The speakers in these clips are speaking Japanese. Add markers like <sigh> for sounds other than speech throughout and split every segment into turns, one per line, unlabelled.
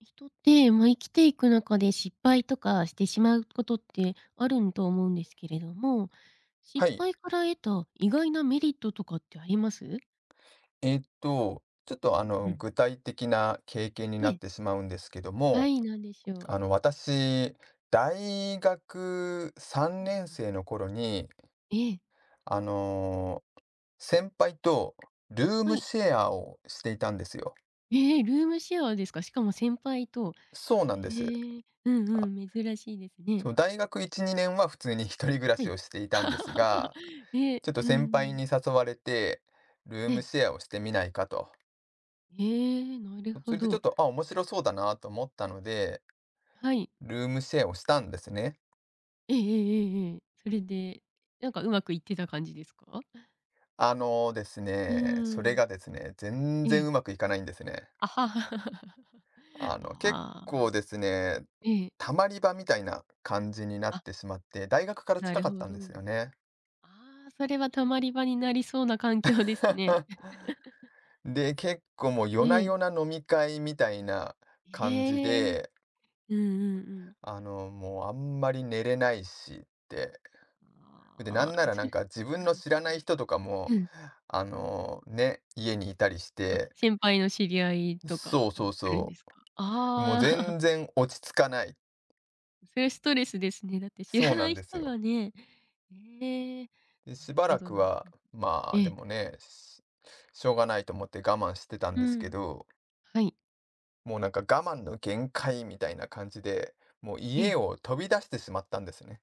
人って、まあ、生きていく中で失敗とかしてしまうことってあるんと思うんですけれども、
は
失
い。
敗から得た意外なメリットとかってあります？
ちょっと
うんうん。
具体的な経験に
え
なっ
え、
てしまうんですけど
は
も、
い、なんでしょう？
私、大学3
うん
年
うん。
生の頃に、
ええ、
あの、先輩とルー
は
ム
い。
シェアをしていたんですよ。
ええ、ルームシェアですか？しかも先輩と。
そう
へ
なんです。
え、うん
あ、
うん、珍しいですね。
そう、大学1、2年は普通に一人暮ら
は
し
い。
をしていたんですが、
<laughs> ええ、
ちょっと
う
先
んう
輩
ん。
に誘われて、ルー
え
ム
え。
シェアをしてみないかと。
ええ、なるほ
それでちょっ
ど。
と、あ、面白そうだなと思ったので、
はい。
ルームシェアをしたんですね。
ええええええ、それで、なんかうまくいってた感じですか？
あのです
う
ね、それ
ーん。
がですね、全
え
然
え。
うまくいかないんですね。
あ、は <laughs>
結
あ
構
あ。
ですね、
ええ。
たまり場みたいな感じになっ
あ、
てしまって、大学から
な
近
る
か
ほ
ったん
ど。
ですよね。
ああ、それは溜まり場になりそうな環境ですね。
<laughs> で、結構もう
<laughs>
夜な
ええ。
夜な飲み会みたいな感じ
ええ。
で、
うんうんうん。
もうあんまり寝れないしって。で、な
ああ、
んならな
それ
ん
そ
か自分
う
の
で
知ら
す
ない
ね。
人とかも、
うん。
ね、家にいたりし
あ、
て、
先輩の知り合いと
そ
か
う
が
そう
来るん
そ
ですか？
う。もう
ああ。
全然落ち着かない。
それストレスですね。だって知
そう
ら
な
な
ん
い
です
人
よ。
がね、ええ、
で、
な
し
る
ば
ほ
ら
ど
く
なる
は、
ほど。
ま
え
あ、で
え、
もね、しょうがないと思って我慢してたん
う
ですけ
ん。
ど、
はい。
もうなんか我慢の限界みたいな感じで、もう
ええ。
家を飛び出してしまったんですね。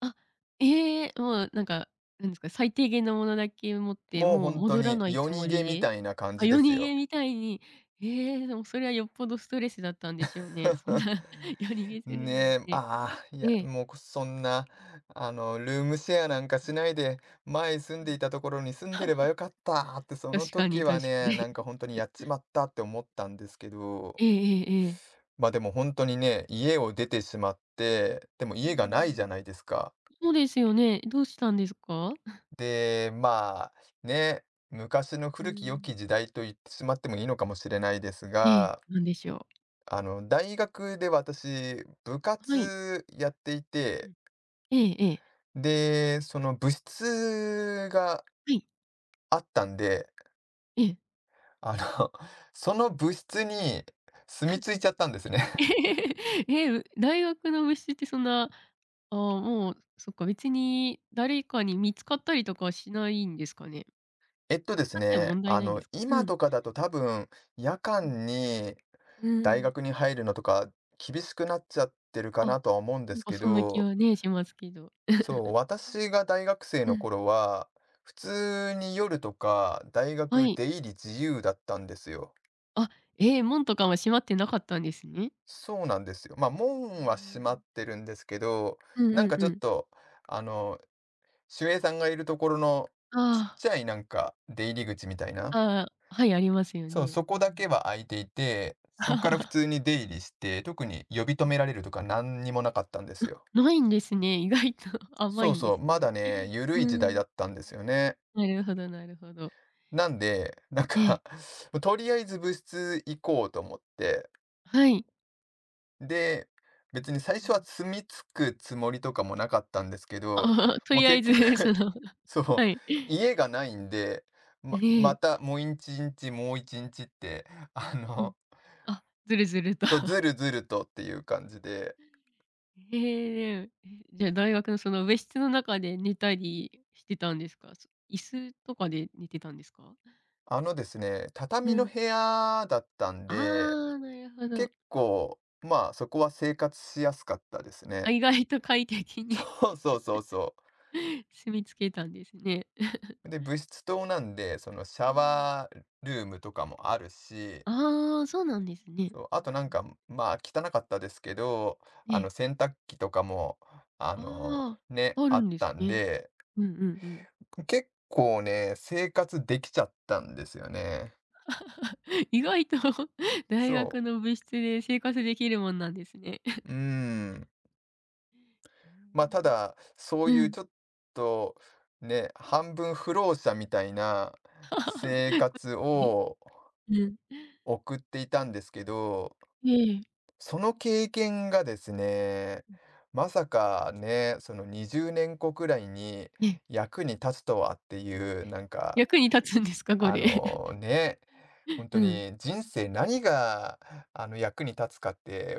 あ、ええ、もうなんか、なんですか、最低限のものだけ持って、
もう
もう
本当
戻ら
に
ない
夜
つ
逃
も
げ
り
み
で？
たいな感
あ、
じで
夜
す
逃げ
よ。
みたいに、ええ、でもそれはよっぽどストレスだったんでしょうね。そん
<laughs>
な <laughs> 夜逃げする
ね
なん
え、
て。
ああ、い
え
や、
え。
もう、そんな、ルームシェアなんかしないで、前住ん
う
で
ん、
いたところに住んでればよかったって、その
確かに
時は
確か
ね、な
に。
んか
<laughs>
本当にやっちまったって思ったんですけど、
ええええええ。
ま、あでも本当にね、家を出てしまって、でも
うー
家がないじ
ん。
ゃないですか。
そうですよね。どうしたんですか？<laughs>
で、まあ、ね、昔の
うー
古き良き
ん。
時代と言ってしまってもいいのかもしれないです
ええ、
が、
なんでしょ
大学で私、部
う。はい。
活やってい
うんう
て
ん。ええええ。
で、その部室が
はい。
あったんで、
ええ。
あの、<laughs> その部室に住み着
<laughs>
いちゃったんですね。
ええ、え、大学の虫ってそんな、ああ、もう、そっか、別に誰かに見つかったりとかはしないんですかね？
<laughs> えっと
見
で
つ
す
かっても
ね、
問題ないんですか？う
今
ん。
とかだと多分、夜
うん。
間に
う
大
ーん。
学に入るのとか厳しくなっちゃってるか
あ、
なとは思うんで
なん
す
か
け
そんな気
ど、
はね、しますけど。
そう、私が大学生
う
の
ん。
頃は、普通に夜とか大
は
学
い。
出入り自由だったんですよ。
あ、ええ、門とかは閉まってなかったんですね。
そうなんですよ。まあ、
あ
門
あ、
は
な
閉
る
ま
ほど。
ってるんですけど、
うん
な
う
ん
ん
か
う
ちょっ
ん。
と、あの、守衛さんがいるところのちっ
あ
ちゃいなんか出入り口みたいな、
あ、ああ、はい、ありますよ
そう、
ね。
そ
うん
こ
う
だけ
ん。
は開いていて、そこから普通
<laughs>
に出入りして、特に呼び止
ああ、
められるとか何にもなかったんですよ。
ないんですね。意外と <laughs> 甘
そ
い
う
んで
そう、
す
ま
ね。
だね、緩い時
う
代だ
ん。
ったんですよね。
なるほどなるほど。
なんで、なん
ええ、
か <laughs> とりあえず部室行こうと思って、
はい。
で、別に最
う
初は
ん。
住み着くつもりとかもなかったんですけど、
あ、 <laughs> と
もう
りあ
結
えず <laughs> そ
局
の、
<laughs> そ
は
う、
い。
家がないんで、
え
ま
え、
たもう一日もう一日って、あ
うん。
の、
あ、ずるずると。
そう、ずるずるとっていう感じで、
<laughs> え、え、じゃ、あ、大学のその部室の中で寝たりしてたんですか？そ、椅子とかで寝てたんですか？
あのですね、
う
畳の
ん。
部屋だったん
あ
で、
あ、なるほど。
結構、まあそこは生活しやすかったです
あ、
ね。
意外と快適
<laughs>
に
そうそうそうそ
<laughs> 住み着けたんですね。
う。で、物質棟なんで、そのシ
う
ャ
ん。
ワールームとかもあるし、
ああ、そうなんですね。
そう、
う
あ
ん
となん
うん。
か、まあ、汚かったですけど、
ええ。
洗濯機とかも、
あ
ね、
あ、あ
あ
る
っ
んで
た
す
ん
ね。
で、
うんうんうん。
結構ね、生活できちゃったんですよね。
<laughs> 意外と <laughs> 大
そ
学
う。
の部室で生活できるもんなんですね。
うーん。
う
まあ、た
ん。
だ、そ
<laughs>
う
う
いう
ん。
ちょっと、ね、半分不老者みたいな生
<laughs>
活
ね。
を
うん。
送っていたんですけど、
ええ。
その経験がですね、まさかね、その20年後くらいに
ね、
役に立つとはっていう、なんか、
役に立つんですか？こ
あ
れ。
のね、本
<laughs>
当
うん。
に人生何が、役に立つかって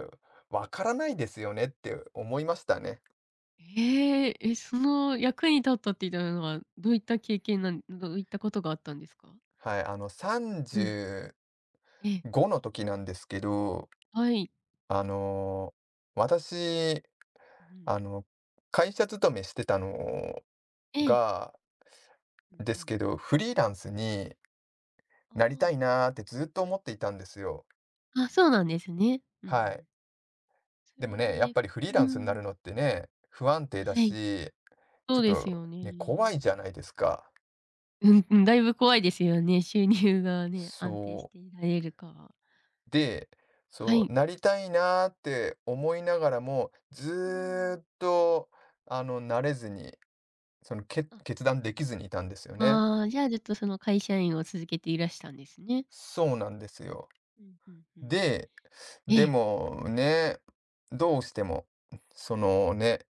わからないですよねって思いましたね。
ええ、え、その役に立ったって言ったのは、どういった経験なん、どういったことがあったんですか？
はい、
うん。ええ。
35の時なんですけど、
はい。
あの、私、
うん。
あの、会社勤めしてたの
ええ。
が
うん
で
う
す
ん。
けど、フリーランスに
あ
なりたい
あ。
なーってずっと思っていたんですよ。
あ、そうなんですね。うんう
はい。
ん。そ
でも
れ
ね、やっ
で、
ぱりフリーラン
う
スにな
ん。
るのってね、不安定だ
はい。
し、
そ
ちょ
う
っ
です
と
よ
ね、怖
ね。
い
<laughs>
じゃないですか。
うんうん、だいぶ怖いですよね。収入がね、安定し
そ
ていられるかは。
う。で、
は
そう、
い。
なりたいなーって思いながらも、ず
うん。
ーっと、なれずに、その、
あ、
決断できずにいたんですよね。
ああ、じゃあずっとその会社員を続けていらしたんですね。
そうなんですよ。
うんうんうん。
で、
え
で
え。
もね、どうしても、そのね、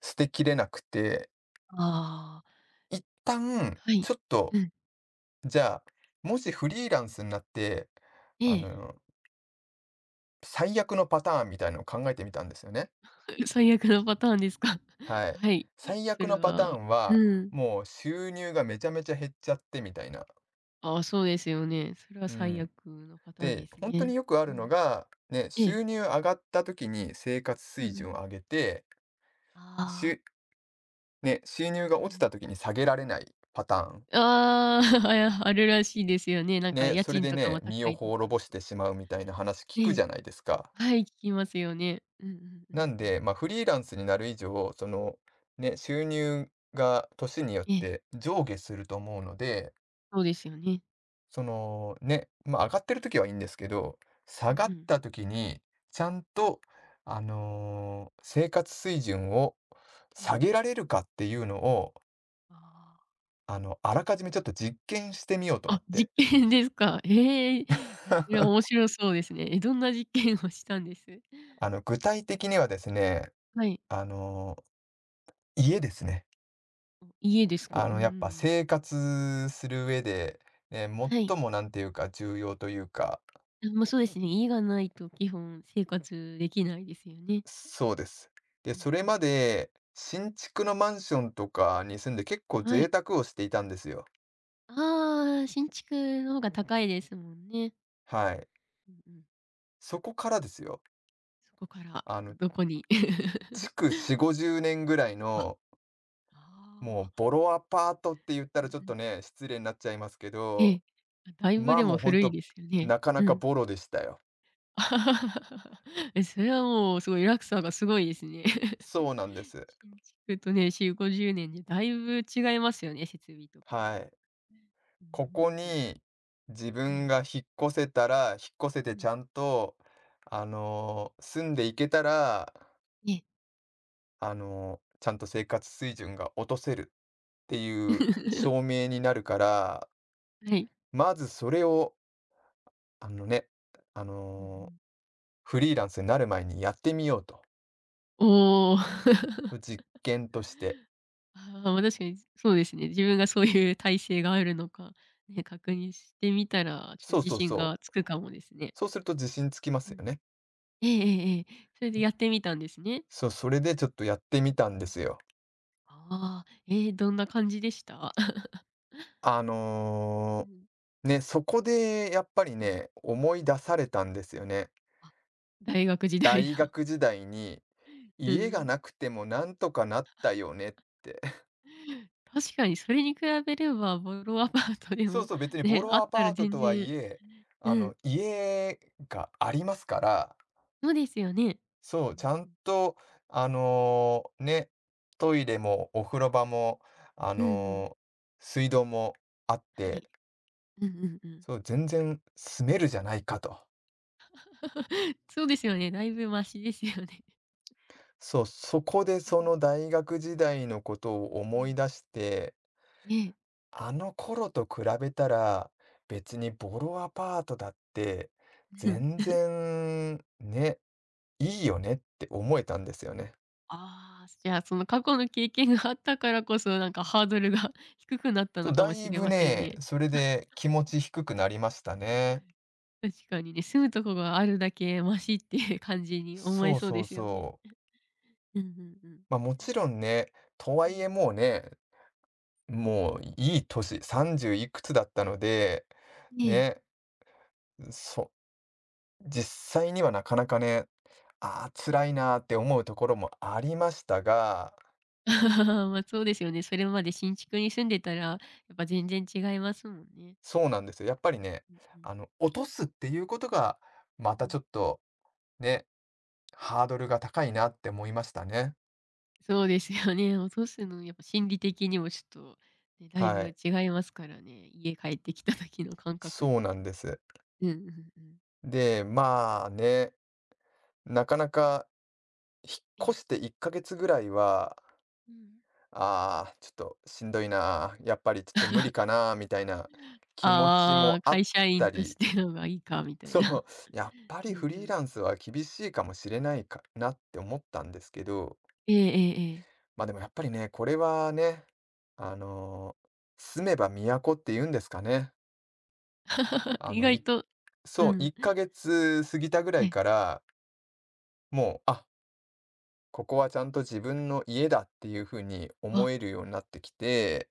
捨てきれなくて、
ああ、
一旦、
はい。
ちょっと、
うん。
じゃあ、もしフリーランスになって、
え
あ
え。
の、最悪のパターンみたいのを考えてみたんですよね。
<laughs> 最悪のパターンですか。<laughs>
はい。
はい。
最
そ
悪
れ
のパター
は、
ンは、
うん。
もう収入がめちゃめちゃ減っちゃってみたいな。
ああ、そうですよね。それは
う
最
ん。
悪のパターン
で、
です
本当に
ね。
よくあ
う
るの
ん。
が、ね、
ええ。
収入上がった時に生活
うんう
水準を
ん。
上げて、し
あ
ゅ
あ。
ね、収入が
う
落
んう
ちた
ん。
時に下げられないパターン。
ああ、<laughs> や、あるらしいですよね。なんか
ね、
家
それ
賃
で
とか
ね、
も
身
高
を
いとこ
滅
ろ
ぼ
と
して
か、
しまうみたいな話聞くじ
ね、
ゃないですか。
はい、聞きますよね。うんうんう
な
ん
ん
う
で、
ん。
まあ、フリーランスになる以上、その、ね、収入が年によっ
ええ、
て上下すると思うので、
そうですよね。
その、ね、まあ、上がってる時はいいんですけど、下
う
が
んう
っ
ん。
た時にちゃんと、生活水準を
う
下
ん。
げられるかっていうのを、
ああ。
あらかじめちょっと実験してみようと思っ
あ、
て。
実験ですか。ええ、え、それは面
<laughs>
白そうですね。え、どんな実験をしたんです？
具体的にはですね、
はい。
あの、家ですね。
お、家ですか。うんう
やっぱ
ん。
生活する上で、ね、
はい。
最もなんていうか重要というか、
あ、まあ、そうですね、家がないと基本生活できないですよね。
そうです。で、
うん
それ
うん。
まで新築のマンションとかに住んで結構
は
贅
い。
沢をしていたんですよ。
ああ、新築の方が高いですもんね。
はい。
うんうん。
そこからですよ。
そこから
あの、
どこに？<laughs>
築4、50年ぐらい
あ、
の、も
ああ。
うボロアパートって言ったらちょっ
うんう
と
ん。
ね、失礼になっちゃいますけ
え
ど、
え。だいぶ
まあ
で
も
も
うほん
古い
と、
ですよね。
なか
う
なか
ん。
ボロでしたよ。
<laughs> え、それはもうすごい落差がすごいですね。<laughs>
そうなんです。
新築とね、4、50年でだいぶ違いますよね、設備とか
は
も。
い。
うんう
ここ
んうん。
に自
え
分が
え。
引っ越せたら、引っ越せて
う
ち
ん。
ゃんと、住んでいけたら、
ええ。
ちゃんと生活水準が落とせるっていう証
<laughs>
明になるから、
はい。
まずそれを、あのね、あ
うんう
の、
ん。
フリーランスになる前にやってみようと。
おお。
実験として。
ああ、ま、確かに、そうですね。自分がそういう耐性があるのか、ね、確認してみたら、ちょっと
そう
自
そう
信
そ
がつ
う。
くかもですね。
そうすると自信つきます
うん。
よね。
ええええええ。それでやってみたんですね。
そう、それでちょっとやってみたん
う
で
ん。
すよ。
ああ、ええ、どんな感じでした？
あ
<laughs> う
の
ん、
ーね、そこでやっぱり
うん。
ね、思い出されたんですよね。
あ、大学時代
大
の。
学時代に、
<laughs> う
家が
ん。
なくてもなんとかなったよねって。<laughs>
確かにそれに比べれば、ボロアパートで
そう
も
そう、別にボ
ね、あ
ロ
っ
ア
た
パ
ら
ート
全
とは
然、
いえ、
うん、
家がありますから、
そうですよね。
そう、
う
ち
ん
ゃ
う
ん
ん。
と、ね、トイレもお風呂場も、あ
うんうん。
のー水道もあっ
はい。
て、
うんうんうん。
そう、全然住めるじゃないかと。
<laughs> そうですよね、だいぶマシですよね。
そう、そこでその大学時代のことを
え
思い出
え、
して、
ええ。
あの頃と比べたら、別にボロアパートだって、
<laughs> うん、
全然ね、いいよねって思えたんですよね。
ああ、じゃあ、その過去の経験があったからこそ、なんかハードルが <laughs> 低くなった
そう、
のか
だ
もし
い
れ
ぶ
ません
ね、
ね。
それで気持ち低くなりましたね。
確かにね、住むとこがあるだけマシっていう感じに思え
そう
そう
そ
で
う
すよね。
そう。
うんうんうん。
まあもちろんね、とは
え
いえ
え、
もうね、もういい年、30いくつだったので、
ええ。
ね、そ実際にはなかなかね、ああ、辛いなーって思うところもありましたが、
<laughs> まあ、そうですよね。それまで新築に住んでたら、やっぱ全然違いますもんね。
そうなんですよ。やっぱりね、
うんうん。
落とすっていうことが、ま
う
たちょ
ん、
っとね、ハードルが高いなって思いましたね。
そうですよね。落とすのやっぱ心理的にもちょっと、ね、だい
は
ぶ
い。
違いますからね、家帰ってきた時の感覚っ
そうな
て。
んです。
うんうんうん。
で、まあね、なかなか引
え
っ
え。
越して1ヶ月ぐらいは、
うん。
ああ、ちょっとしんどいなー、やっぱりちょっと無理かなー、みたいな
<gasps>
気持ち
ああ、
もあっ
会社
た
員とし
り
てのがいいかみたい
そ
な。
う、やっぱ
<laughs> う
り
んう
フリーラ
ん。
ンスは厳しいかもしれないかなって思ったんですけど、
<laughs> ええええええ。
ま、あでもやっぱりね、これはね、あの、住めば都って言うんですかね。
<laughs>
あ
意
の、
外
い
と、う
そう、
ん。
1ヶ月過ぎたぐら
え
い
え。
から、もう、あ、ここはちゃんと自分の家だっていう風に
あ、
思えるようになってきて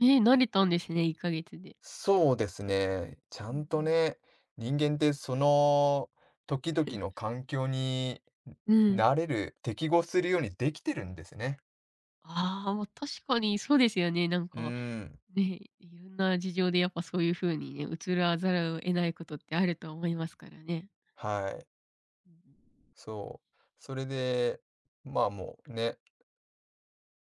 ね、慣れたんですね、1ヶ月で。
そうですね。ちゃ
うん
ん
う
と
ん。
ね、人間ってその時々の環境に
うん。
慣れる、適合するようにできてるんですね。
ああ、ま、確かにそうですよね。なん
う
か、
ーん。
ね、いろんな事情でやっぱそういう風にね、移らざるを得ないことってあると思いますからね。
はい。
うんうん。
そう。それで、まあもうね、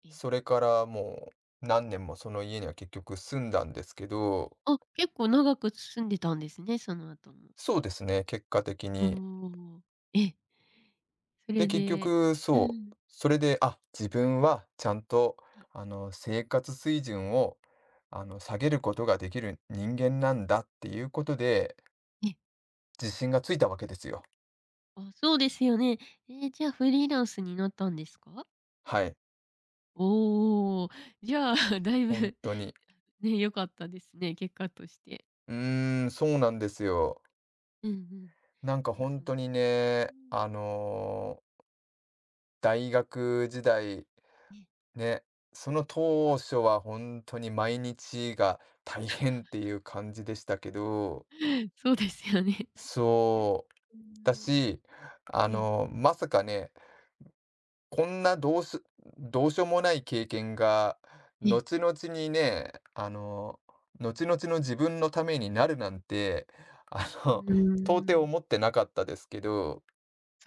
ええ。
それからもう何年もその家には結局住んだんですけど、
あ、結構長く住んでたんですね、その後も。
そうですね、結果的
あ
に。
あ、ええ。そ
で、
れ
結
で、
局、
う
そ
ん。
う、それで、あ、自分はちゃんと、
はい。
生活水準を、下げることができる人間なんだっていうことで、
え、
自信がついたわけですよ。
あ、そうですよね。ええ、じゃあフリーランスになったんですか？
はい。
おお、じゃあ <laughs> だい
本
ぶ、
当に。
<laughs> ね、良かったですね、結果として。
うーん、そうなんですよ。
うんうん。
なんか
え、
本
その、
当に
う
ね、
ん。
大学時代、
え
ね、その当初は本当に毎日が大変っていう感じでしたけど、
え <laughs> そうですよね。<laughs>
そう。
うー
だ
ん。
し、
ええ、
まさかね、こんなどうしようもない経験が、
ええ。
後々にね、後々の自分のためになるなんて、あ
う
の、
ー
<laughs> 到底
ん。
思ってなかったですけど、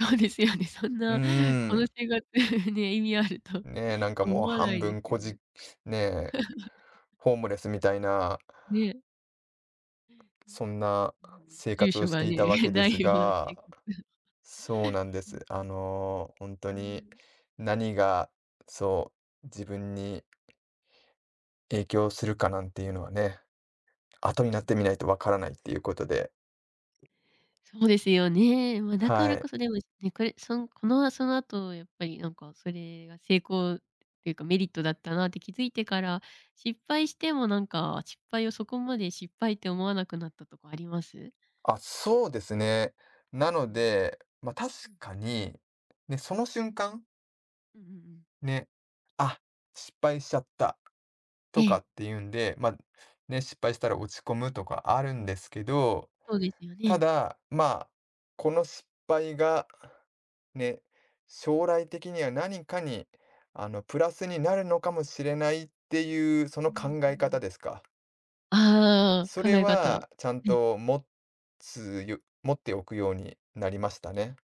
そうですよね。そん
うー
なこの
ん、
生活 <laughs> ね、意味あると <laughs>
ねえ、なんか
思
もう
わな
半
いで
分
す
こ
よ
じ
ね。
ねえ、ホームレスみたいな、
ね。
そんな
うん、
生
住
活を
所
し
が
てい
ね、
たわ
<laughs>
けで
ない
す
ようだし。
が、そうなんです。
<laughs>
本当
う
に
ん。
何が、そう、自分に影響するかなんていうのはね、後に
う
な
ん
って
う
み
ん。
ないとわからないっていうことで、
そうですよね。まあ、だか
は
ら
い。
こそでもね、これ、このその後やっぱりなんかそれが成功っていうかメリットだったなって気づいてから、失敗してもなんか、失敗をそこまで失敗って思わなくなったとこあります？
あ、そうですね。なの
うんうん。
で、ま、確
うん。
かに、ね、その瞬間、
うんうんうん。
ね、あ、失敗しちゃった
え
とか
え、
っていうんで、ま、ね、失敗したら落ち込むとかあるんですけど、
そうですよ
た
ね。
だ、まあ、この失敗が、ね、将来的には何かに、プラスになるのかもしれないっていう、そ
う
の
ん
考
う
え方
ん。
ですか？
あ
そ
あ、考
れ
え方。は
はちゃん
い。
と持つよ持っておくようになりましたね。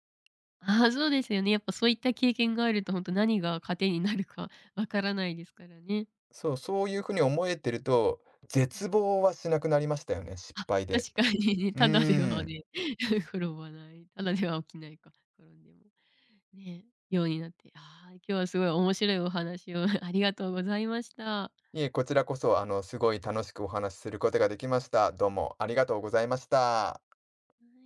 ああ、そうですよね。やっぱそういった経験があるとほんと何が糧になるかわからないですからね。
そう、そういう風に思えてると、
うん。
絶望はしなくなりましたよね、失
あ、
敗で。
確かにね、<laughs>
う
ただで
ー
は
ん。
ね、<laughs> 転ばない、ただでは起きないか、転んでも。ね、ようになって、ああ、今日はすごい面白いお話を <laughs> ありがとうございました。は
いえ、こちらこそ、すごい楽しくお話しすることができました。どうもありがとうございました。
い。